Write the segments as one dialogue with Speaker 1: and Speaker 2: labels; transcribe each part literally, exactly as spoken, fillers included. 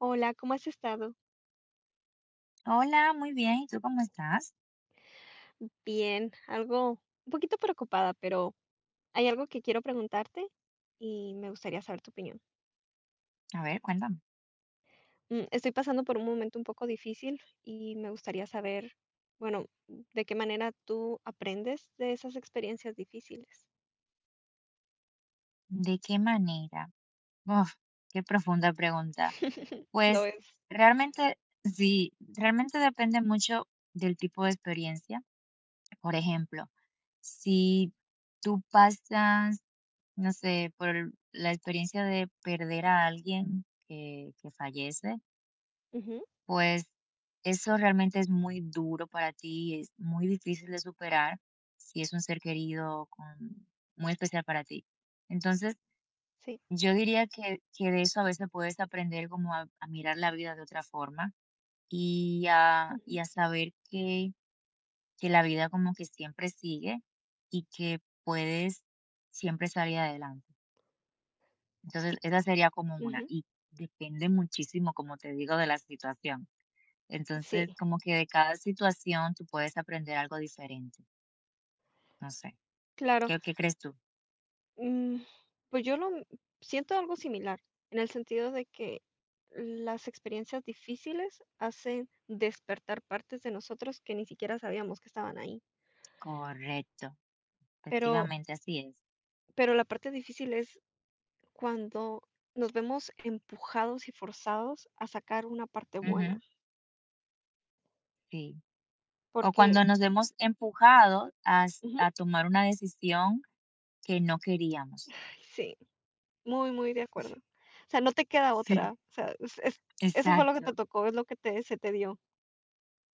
Speaker 1: Hola, ¿cómo has estado?
Speaker 2: Hola, muy bien. ¿Y tú cómo estás?
Speaker 1: Bien, algo un poquito preocupada, pero hay algo que quiero preguntarte y me gustaría saber tu opinión.
Speaker 2: A ver, cuéntame.
Speaker 1: Mm, Estoy pasando por un momento un poco difícil y me gustaría saber, bueno, de qué manera tú aprendes de esas experiencias difíciles.
Speaker 2: ¿De qué manera? Uf, qué profunda pregunta.
Speaker 1: Lo
Speaker 2: Pues
Speaker 1: es.
Speaker 2: realmente, sí, realmente depende mucho del tipo de experiencia. Por ejemplo, si tú pasas, no sé, por el- la experiencia de perder a alguien que, que fallece.
Speaker 1: Ujú,
Speaker 2: Pues eso realmente es muy duro para ti, es muy difícil de superar si es un ser querido con- muy especial para ti. Entonces,
Speaker 1: sí.
Speaker 2: yo diría que, que de eso a veces puedes aprender como a, a mirar la vida de otra forma y a, y
Speaker 1: Ujú,
Speaker 2: a saber que, que la vida como que siempre sigue y que puedes siempre salir adelante. Entonces, esa sería como una
Speaker 1: ujú,
Speaker 2: y depende muchísimo, como te digo, de la situación.
Speaker 1: sí,
Speaker 2: Entonces, como que de cada situación tú puedes aprender algo diferente. No sé.
Speaker 1: claro.
Speaker 2: ¿Qué, qué crees tú?
Speaker 1: Mm, pues yo lo m- siento algo similar, en el sentido de que las experiencias difíciles hacen despertar partes de nosotros que ni siquiera sabíamos que estaban ahí.
Speaker 2: Correcto.
Speaker 1: Pero,
Speaker 2: Efectivamente, así es.
Speaker 1: pero la parte difícil es cuando nos vemos empujados y forzados a sacar una parte
Speaker 2: Ujú,
Speaker 1: buena,
Speaker 2: sí. O
Speaker 1: porque
Speaker 2: cuando nos vemos empujados a, s-
Speaker 1: ujú,
Speaker 2: a tomar una decisión que no queríamos.
Speaker 1: sí, muy, muy de acuerdo. O sea, no te queda otra.
Speaker 2: Sí.
Speaker 1: O sea, es- es- eso fue lo que
Speaker 2: Exacto,
Speaker 1: te tocó, es lo que te, se te dio.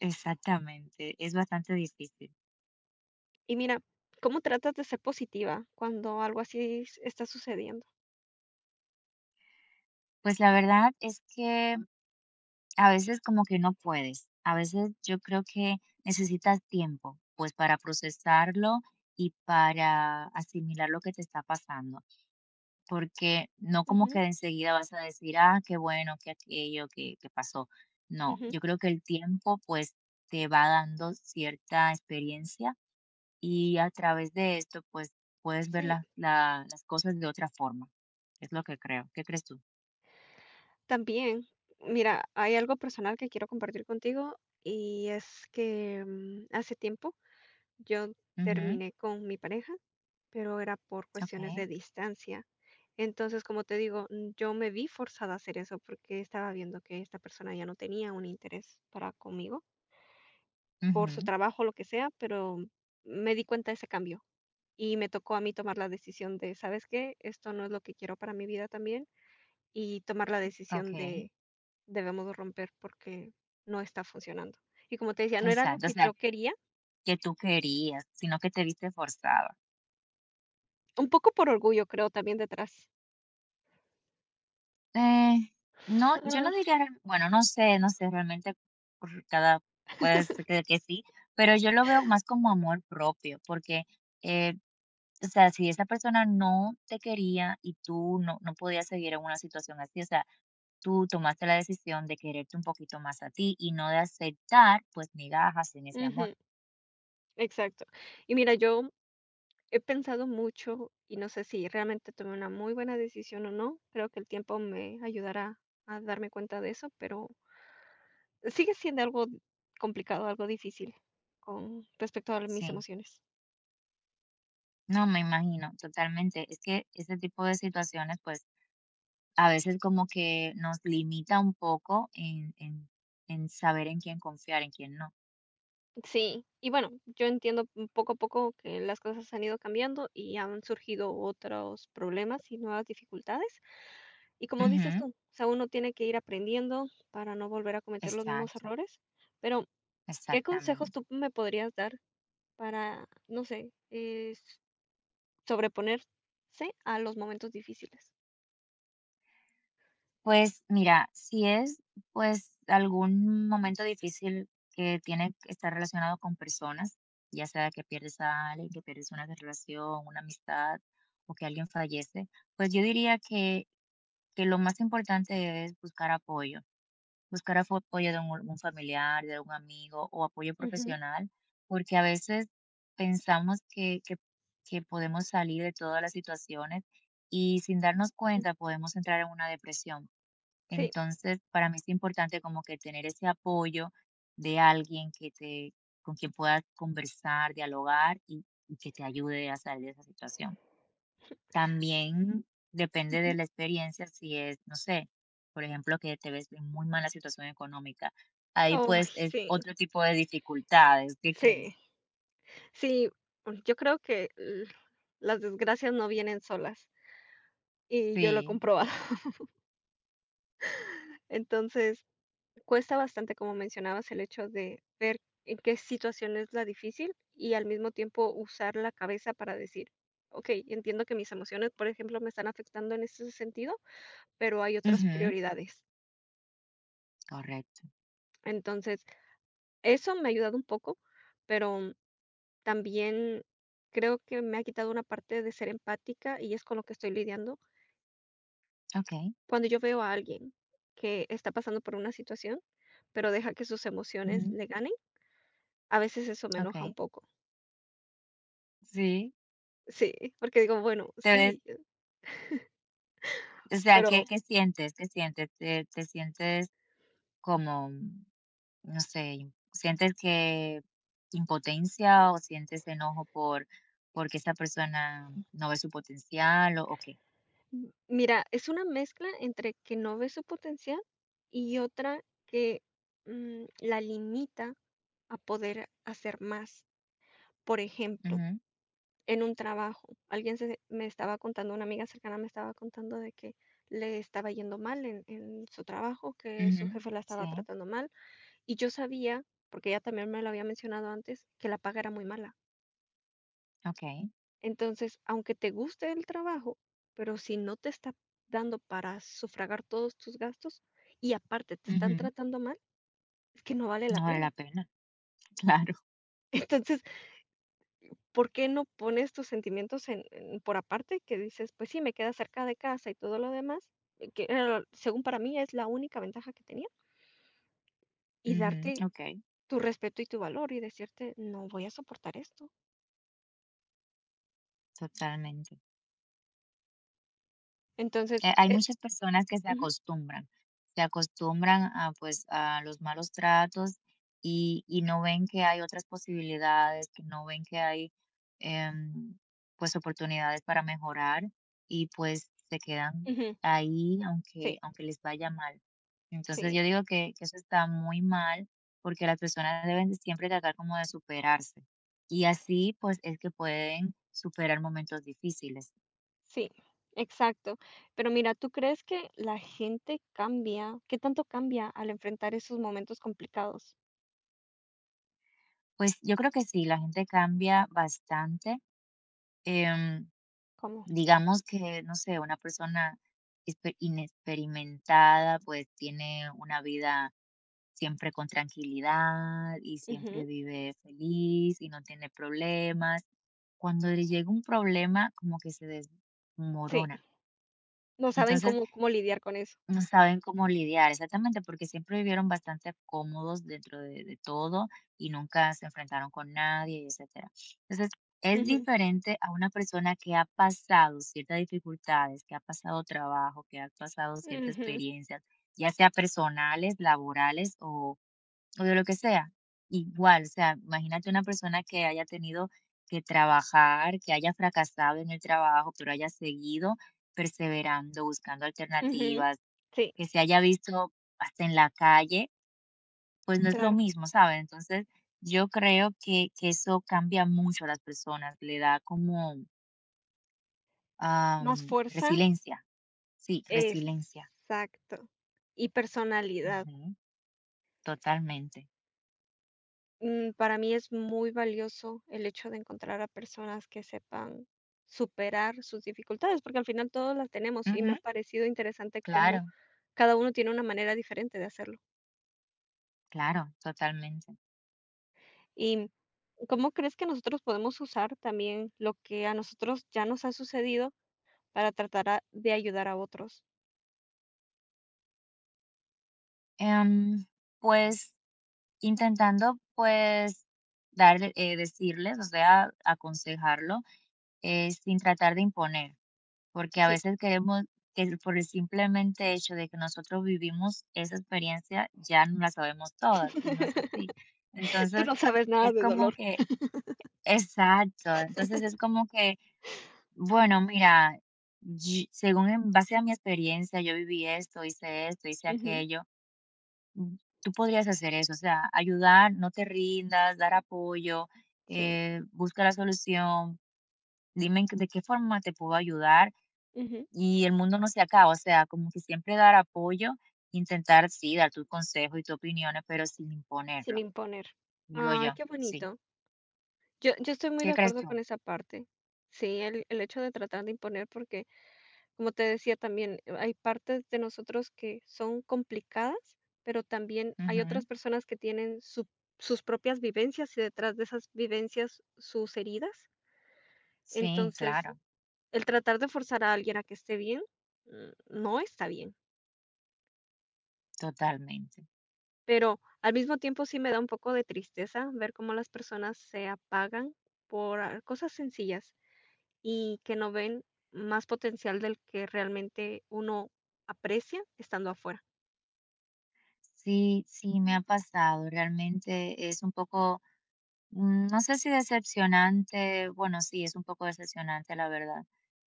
Speaker 2: exactamente. Es bastante difícil.
Speaker 1: Y mira, ¿cómo tratas de ser positiva cuando algo así s- está sucediendo?
Speaker 2: Pues la verdad es que a veces como que no puedes, a veces yo creo que necesitas tiempo, pues para procesarlo y para asimilar lo que te está pasando, porque no como que
Speaker 1: Ujú,
Speaker 2: de enseguida vas a decir, ah, qué bueno, que aquello, que, que pasó. No,
Speaker 1: ujú,
Speaker 2: yo creo que el tiempo pues te va dando cierta experiencia y a través de esto pues puedes ver
Speaker 1: sí,
Speaker 2: la- la- las cosas de otra forma. Es lo que creo. ¿Qué crees tú?
Speaker 1: también. Mira, hay algo personal que quiero compartir contigo y es que mm, hace tiempo yo
Speaker 2: Ujú,
Speaker 1: terminé con mi pareja, pero era por cuestiones
Speaker 2: ok,
Speaker 1: de distancia. Entonces, como te digo, mm, yo me vi forzada a hacer eso porque estaba viendo que esta persona ya no tenía un interés para conmigo, por su
Speaker 2: ujú,
Speaker 1: trabajo, lo que sea, pero me di cuenta de ese cambio. Y me tocó a mí tomar la decisión de, ¿sabes qué? Esto no es lo que quiero para mi vida también. Y tomar la decisión
Speaker 2: ok.
Speaker 1: de, debemos de romper porque no está funcionando. Y como te decía, no era algo
Speaker 2: Exacto, o
Speaker 1: que
Speaker 2: sea,
Speaker 1: yo quería,
Speaker 2: que tú querías, sino que te viste forzada.
Speaker 1: un poco por orgullo creo también detrás.
Speaker 2: Eh, no, yo
Speaker 1: Ah,
Speaker 2: no diría, real bueno, no sé, no sé, realmente por cada puede ser que que sí, pero yo lo veo más como amor propio, porque, eh, o sea, si esa persona no te quería y tú no no podías seguir en una situación así, o sea, tú tomaste la decisión de quererte un poquito más a ti y no de aceptar, pues, migajas en ese amor.
Speaker 1: ujú, exacto. Y mira, yo he pensado mucho y no sé si realmente tomé una muy buena decisión o no. Creo que el tiempo me ayudará a darme cuenta de eso, pero sigue siendo algo complicado, algo difícil con respecto a mis
Speaker 2: Sí,
Speaker 1: emociones.
Speaker 2: no, me imagino totalmente. Es que ese tipo de situaciones, pues a veces como que nos limita un poco en, en, en saber en quién confiar, en quién no.
Speaker 1: Sí, y bueno, yo entiendo mm, poco a poco que las cosas han ido cambiando y han surgido otros problemas y nuevas dificultades. Y como dices
Speaker 2: Ujú.
Speaker 1: tú, o sea, uno tiene que ir aprendiendo para no volver a cometer los mismos
Speaker 2: Exacto,
Speaker 1: errores. Pero, ¿qué consejos
Speaker 2: exactamente.
Speaker 1: tú me podrías dar para, no sé, eh, s- sobreponerse a los momentos difíciles?
Speaker 2: Pues mira, si es pues algún momento difícil que tiene que estar relacionado con personas, ya sea que pierdes a alguien, que pierdes una relación, una amistad o que alguien fallece, pues yo diría que, que lo más importante es buscar apoyo. Buscar afo apoyo de un or un familiar, de un amigo o apoyo
Speaker 1: Ujú,
Speaker 2: profesional, porque a veces pensamos que que que podemos salir de todas las situaciones y sin darnos
Speaker 1: ujú,
Speaker 2: cuenta podemos entrar en una depresión.
Speaker 1: sí.
Speaker 2: Entonces, para mí es importante como que tener ese apoyo de alguien que te con quien puedas conversar, dialogar y y que te ayude a salir de esa situación.
Speaker 1: s-
Speaker 2: También depende de
Speaker 1: Ujú.
Speaker 2: la experiencia, si es, no sé, por ejemplo, que te ves en muy mala situación económica. Ahí,
Speaker 1: Ay,
Speaker 2: pues, es
Speaker 1: sí,
Speaker 2: otro tipo de dificultades, ¿qué crees?
Speaker 1: sí, sí. Yo creo que l- las desgracias no vienen solas. Y yo lo he
Speaker 2: Sí,
Speaker 1: comprobado. Entonces, cuesta bastante, como mencionabas, el hecho de ver en qué situación es la difícil y al mismo tiempo usar la cabeza para decir, ok, entiendo que mis emociones, por ejemplo, me están afectando en este sentido, pero hay otras
Speaker 2: ujú,
Speaker 1: prioridades.
Speaker 2: correcto.
Speaker 1: Entonces, eso me ha ayudado un poco, pero también creo que me ha quitado una parte de ser empática y es con lo que estoy lidiando.
Speaker 2: Okey.
Speaker 1: Cuando yo veo a alguien que está pasando por una situación, pero deja que sus emociones
Speaker 2: Ujú.
Speaker 1: le ganen, a veces eso me enoja un
Speaker 2: Okey,
Speaker 1: poco.
Speaker 2: sí.
Speaker 1: Sí, porque digo, bueno,
Speaker 2: Te ves,
Speaker 1: sí,
Speaker 2: o sea, ¿qué
Speaker 1: pero
Speaker 2: qué sientes? ¿Qué sientes? ¿Te te sientes como, no sé, sientes que impotencia o sientes enojo por porque esa persona no ve su potencial o o qué?
Speaker 1: m mira, es una mezcla entre que no ve su potencial y otra que, mm, la limita a poder hacer más. Por ejemplo,
Speaker 2: Ujú.
Speaker 1: en un trabajo, alguien se me estaba contando, una amiga cercana me estaba contando de que le estaba yendo mal en en su trabajo, que
Speaker 2: Ujú.
Speaker 1: su jefe la
Speaker 2: Sí,
Speaker 1: estaba tratando mal, y yo sabía, porque ella también me lo había mencionado antes, que la paga era muy mala.
Speaker 2: okey.
Speaker 1: Entonces, aunque te guste el trabajo, pero si no te está dando para sufragar todos tus gastos y aparte te están
Speaker 2: Ujú.
Speaker 1: tratando mal, es que no vale la
Speaker 2: No vale
Speaker 1: pena.
Speaker 2: la pena, claro.
Speaker 1: Entonces, ¿por qué no pones tus sentimientos en, en- por aparte que dices, pues sí, me queda cerca de casa y todo lo demás, eh, que era lo- según para mí es la única ventaja que tenía, y
Speaker 2: Ujú,
Speaker 1: darte
Speaker 2: okey,
Speaker 1: tu respeto y tu valor y decirte, no voy a soportar esto.
Speaker 2: totalmente.
Speaker 1: Entonces,
Speaker 2: Eh, hay
Speaker 1: eh,
Speaker 2: muchas personas que se
Speaker 1: ujú,
Speaker 2: acostumbran, se acostumbran a, pues, a los malos tratos y y no ven que hay otras posibilidades, que no ven que hay, em, pues, oportunidades para mejorar y, pues, se quedan
Speaker 1: ujú,
Speaker 2: ahí aunque
Speaker 1: sí,
Speaker 2: aunque les vaya mal. Entonces, yo
Speaker 1: sí.
Speaker 2: digo que que eso está muy mal, porque las personas deben de siempre tratar como de superarse, y así, pues, es que pueden superar momentos difíciles.
Speaker 1: Sí, exacto. Pero mira, ¿tú crees que la gente cambia? ¿Qué tanto cambia al enfrentar esos momentos complicados?
Speaker 2: Pues yo creo que sí, la gente cambia bastante. Em,
Speaker 1: ¿Cómo?
Speaker 2: digamos que, no sé, una persona espe- inexperimentada pues tiene una vida siempre con tranquilidad y siempre
Speaker 1: Ujú,
Speaker 2: vive feliz y no tiene problemas. Cuando le llega un problema, como que se
Speaker 1: sí,
Speaker 2: desmorona.
Speaker 1: no saben
Speaker 2: Entonces,
Speaker 1: cómo, cómo lidiar con eso.
Speaker 2: no saben cómo lidiar, exactamente, porque siempre vivieron bastante cómodos dentro de, de todo y nunca se enfrentaron con nadie, etcétera. Entonces, es
Speaker 1: Ujú,
Speaker 2: diferente a una persona que ha pasado ciertas dificultades, que ha pasado trabajo, que ha pasado ciertas
Speaker 1: ujú,
Speaker 2: experiencias, ya sea personales, laborales o o de lo que sea. Igual, o sea, imagínate una persona que haya tenido que trabajar, que haya fracasado en el trabajo, pero haya seguido perseverando, buscando
Speaker 1: ujú.
Speaker 2: alternativas,
Speaker 1: Sí,
Speaker 2: que se haya visto hasta en la calle, pues no es lo
Speaker 1: claro.
Speaker 2: mismo, ¿sabes? Entonces, yo creo que, que eso cambia mucho a las personas, le da como
Speaker 1: Más
Speaker 2: am,
Speaker 1: fuerza.
Speaker 2: resiliencia, sí, resiliencia,
Speaker 1: Exacto. Y personalidad.
Speaker 2: ujú, totalmente.
Speaker 1: Mm, Para mí es muy valioso el hecho de encontrar a personas que sepan superar sus dificultades, porque al final todos las tenemos y
Speaker 2: Ujú,
Speaker 1: me ha parecido interesante cómo
Speaker 2: claro,
Speaker 1: cada uno tiene una manera diferente de hacerlo.
Speaker 2: claro, totalmente.
Speaker 1: ¿Y cómo crees que nosotros podemos usar también lo que a nosotros ya nos ha sucedido para tratar a- de ayudar a otros?
Speaker 2: Em, pues, intentando, pues, darle eh, decirles, o sea, aconsejarlo, eh, sin tratar de imponer, porque a
Speaker 1: Sí,
Speaker 2: veces queremos que el- por el simplemente hecho de que nosotros vivimos esa experiencia, ya no la sabemos todas, y no es así.
Speaker 1: tú
Speaker 2: Entonces,
Speaker 1: no sabes nada
Speaker 2: es
Speaker 1: de
Speaker 2: como
Speaker 1: dolor.
Speaker 2: que exacto, entonces es como que, bueno, mira, yi según en base a mi experiencia, yo viví esto, hice esto, hice
Speaker 1: Ujú,
Speaker 2: aquello. Mm, Tú podrías hacer eso, o sea, ayudar, no te rindas, dar apoyo,
Speaker 1: sí,
Speaker 2: eh, busca la solución, dime en qué- de qué forma te puedo ayudar
Speaker 1: ujú,
Speaker 2: y el mundo no se acaba, o sea, como que siempre dar apoyo, intentar, sí, dar tu consejo y tus opiniones, pero sin
Speaker 1: sin
Speaker 2: imponerlo,
Speaker 1: imponer.
Speaker 2: digo
Speaker 1: Ay,
Speaker 2: yo,
Speaker 1: qué
Speaker 2: sí.
Speaker 1: bonito. Yo, yo estoy muy
Speaker 2: ¿Qué
Speaker 1: de
Speaker 2: crees
Speaker 1: acuerdo
Speaker 2: tú?
Speaker 1: con esa parte. Sí, el, el hecho de tratar de imponer, porque como te decía también, eh, hay partes de nosotros que son complicadas, pero también hay
Speaker 2: Ujú.
Speaker 1: otras personas que tienen su- sus propias vivencias y detrás de esas vivencias sus heridas.
Speaker 2: Sí,
Speaker 1: Entonces,
Speaker 2: claro,
Speaker 1: el tratar de forzar a alguien a que esté bien, mm, no está bien.
Speaker 2: totalmente.
Speaker 1: Pero al mismo tiempo sí me da un poco de tristeza ver cómo las personas se apagan por ah, cosas sencillas y que no ven más potencial del que realmente uno aprecia estando afuera.
Speaker 2: Sí, sí, me ha pasado, realmente es un poco Mm, no sé si decepcionante, bueno, sí, es un poco decepcionante, la verdad.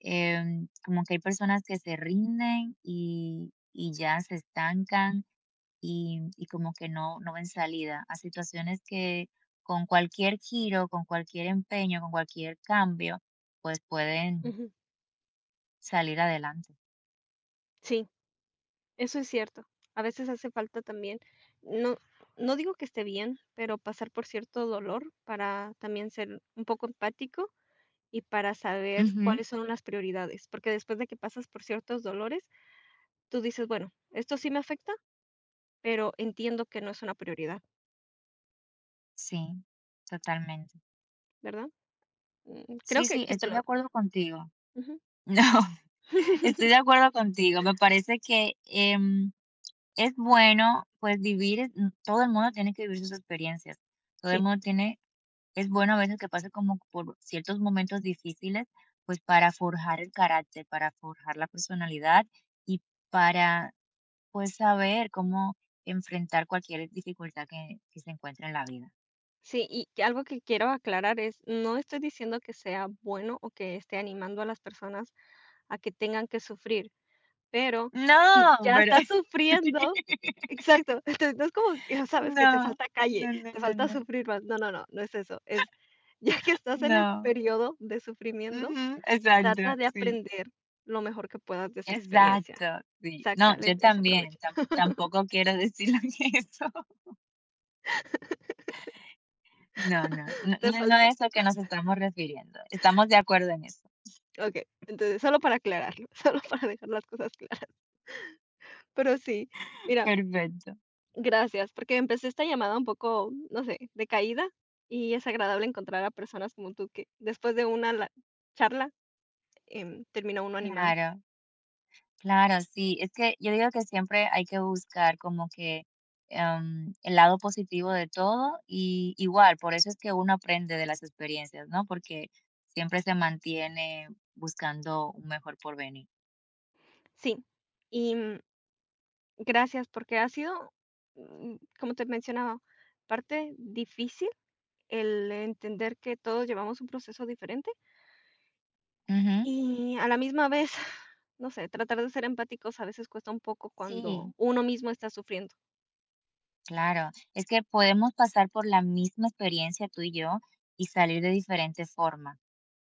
Speaker 2: Em, como que hay personas que se rinden y y ya se estancan y y como que no no ven salida a situaciones que con cualquier giro, con cualquier empeño, con cualquier cambio, pues pueden
Speaker 1: Ujú.
Speaker 2: salir adelante.
Speaker 1: Sí, eso es cierto. A veces hace falta también, no no digo que esté bien, pero pasar por cierto dolor para también ser un poco empático y para saber
Speaker 2: Ujú.
Speaker 1: cuáles son las prioridades, porque después de que pasas por ciertos dolores, tú dices, bueno, esto sí me afecta, pero entiendo que no es una prioridad,
Speaker 2: Sí, totalmente.
Speaker 1: ¿verdad? Mm, creo
Speaker 2: Sí,
Speaker 1: que
Speaker 2: sí,
Speaker 1: que te
Speaker 2: estoy
Speaker 1: lo,
Speaker 2: de acuerdo contigo.
Speaker 1: ujú.
Speaker 2: No, estoy de acuerdo contigo. Me parece que, em es bueno, pues, vivir es mm, todo el mundo tiene que vivir sus experiencias. Todo el
Speaker 1: Sí,
Speaker 2: mundo tiene es bueno a veces que pase como por ciertos momentos difíciles, pues, para forjar el carácter, para forjar la personalidad y para, pues, saber cómo enfrentar cualquier dificultad que que se encuentre en la vida.
Speaker 1: sí, y que algo que quiero aclarar es, no estoy diciendo que sea bueno o que esté animando a las personas a que tengan que sufrir. Pero si
Speaker 2: No,
Speaker 1: ya
Speaker 2: pero
Speaker 1: estás sufriendo, exacto. Entonces no es como que, ya sabes, que te
Speaker 2: no,
Speaker 1: falta calle,
Speaker 2: no, no,
Speaker 1: te
Speaker 2: no,
Speaker 1: falta
Speaker 2: no,
Speaker 1: sufrir más. No, no, no, no es eso. Es, ya que estás en el
Speaker 2: no.
Speaker 1: periodo de sufrimiento,
Speaker 2: Ujú, exacto,
Speaker 1: trata de
Speaker 2: sí.
Speaker 1: aprender lo mejor que puedas de esa
Speaker 2: Exacto,
Speaker 1: experiencia.
Speaker 2: sí. No,
Speaker 1: Sácale
Speaker 2: yo
Speaker 1: ese
Speaker 2: también,
Speaker 1: provecho.
Speaker 2: tam tampoco quiero decirlo eso. No, no, no
Speaker 1: Te
Speaker 2: no no
Speaker 1: falta
Speaker 2: es lo que nos estamos refiriendo. Estamos de acuerdo en eso.
Speaker 1: okey, entonces solo para aclararlo, solo para dejar las cosas claras. Pero sí, mira,
Speaker 2: Perfecto.
Speaker 1: gracias, porque empecé esta llamada un poco, no sé, de caída y es agradable encontrar a personas como tú que después de una la charla em, termina uno animado.
Speaker 2: Claro, claro, sí. Es que yo digo que siempre hay que buscar como que, em, el lado positivo de todo y igual, por eso es que uno aprende de las experiencias, ¿no? Porque siempre se mantiene buscando un mejor porvenir.
Speaker 1: Sí, y mm, gracias porque ha sido, mm, como te mencionaba, parte difícil el entender que todos llevamos un proceso diferente
Speaker 2: Ujú.
Speaker 1: y a la misma vez, no sé, tratar de ser empáticos a veces cuesta un poco cuando
Speaker 2: Sí.
Speaker 1: uno mismo está sufriendo
Speaker 2: Claro, es que podemos pasar por la misma experiencia tú y yo y salir de diferente forma,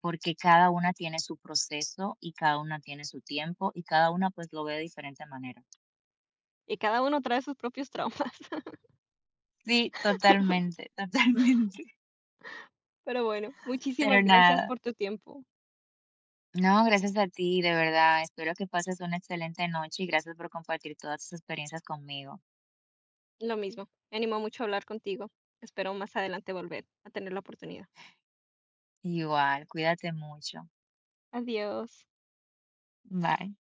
Speaker 2: porque cada una tiene su proceso y cada una tiene su tiempo y cada una pues lo ve de diferente manera.
Speaker 1: y cada uno trae sus propios traumas.
Speaker 2: Sí, totalmente, totalmente.
Speaker 1: Pero bueno,
Speaker 2: Pero
Speaker 1: muchísimas gracias
Speaker 2: nada,
Speaker 1: por tu tiempo.
Speaker 2: no, gracias a ti, de verdad. Espero que pases una excelente noche y gracias por compartir todas tus experiencias conmigo.
Speaker 1: Lo mismo, me animó mucho a hablar contigo. Espero más adelante volver a tener la oportunidad.
Speaker 2: Igual, cuídate mucho.
Speaker 1: Adiós.
Speaker 2: Bye.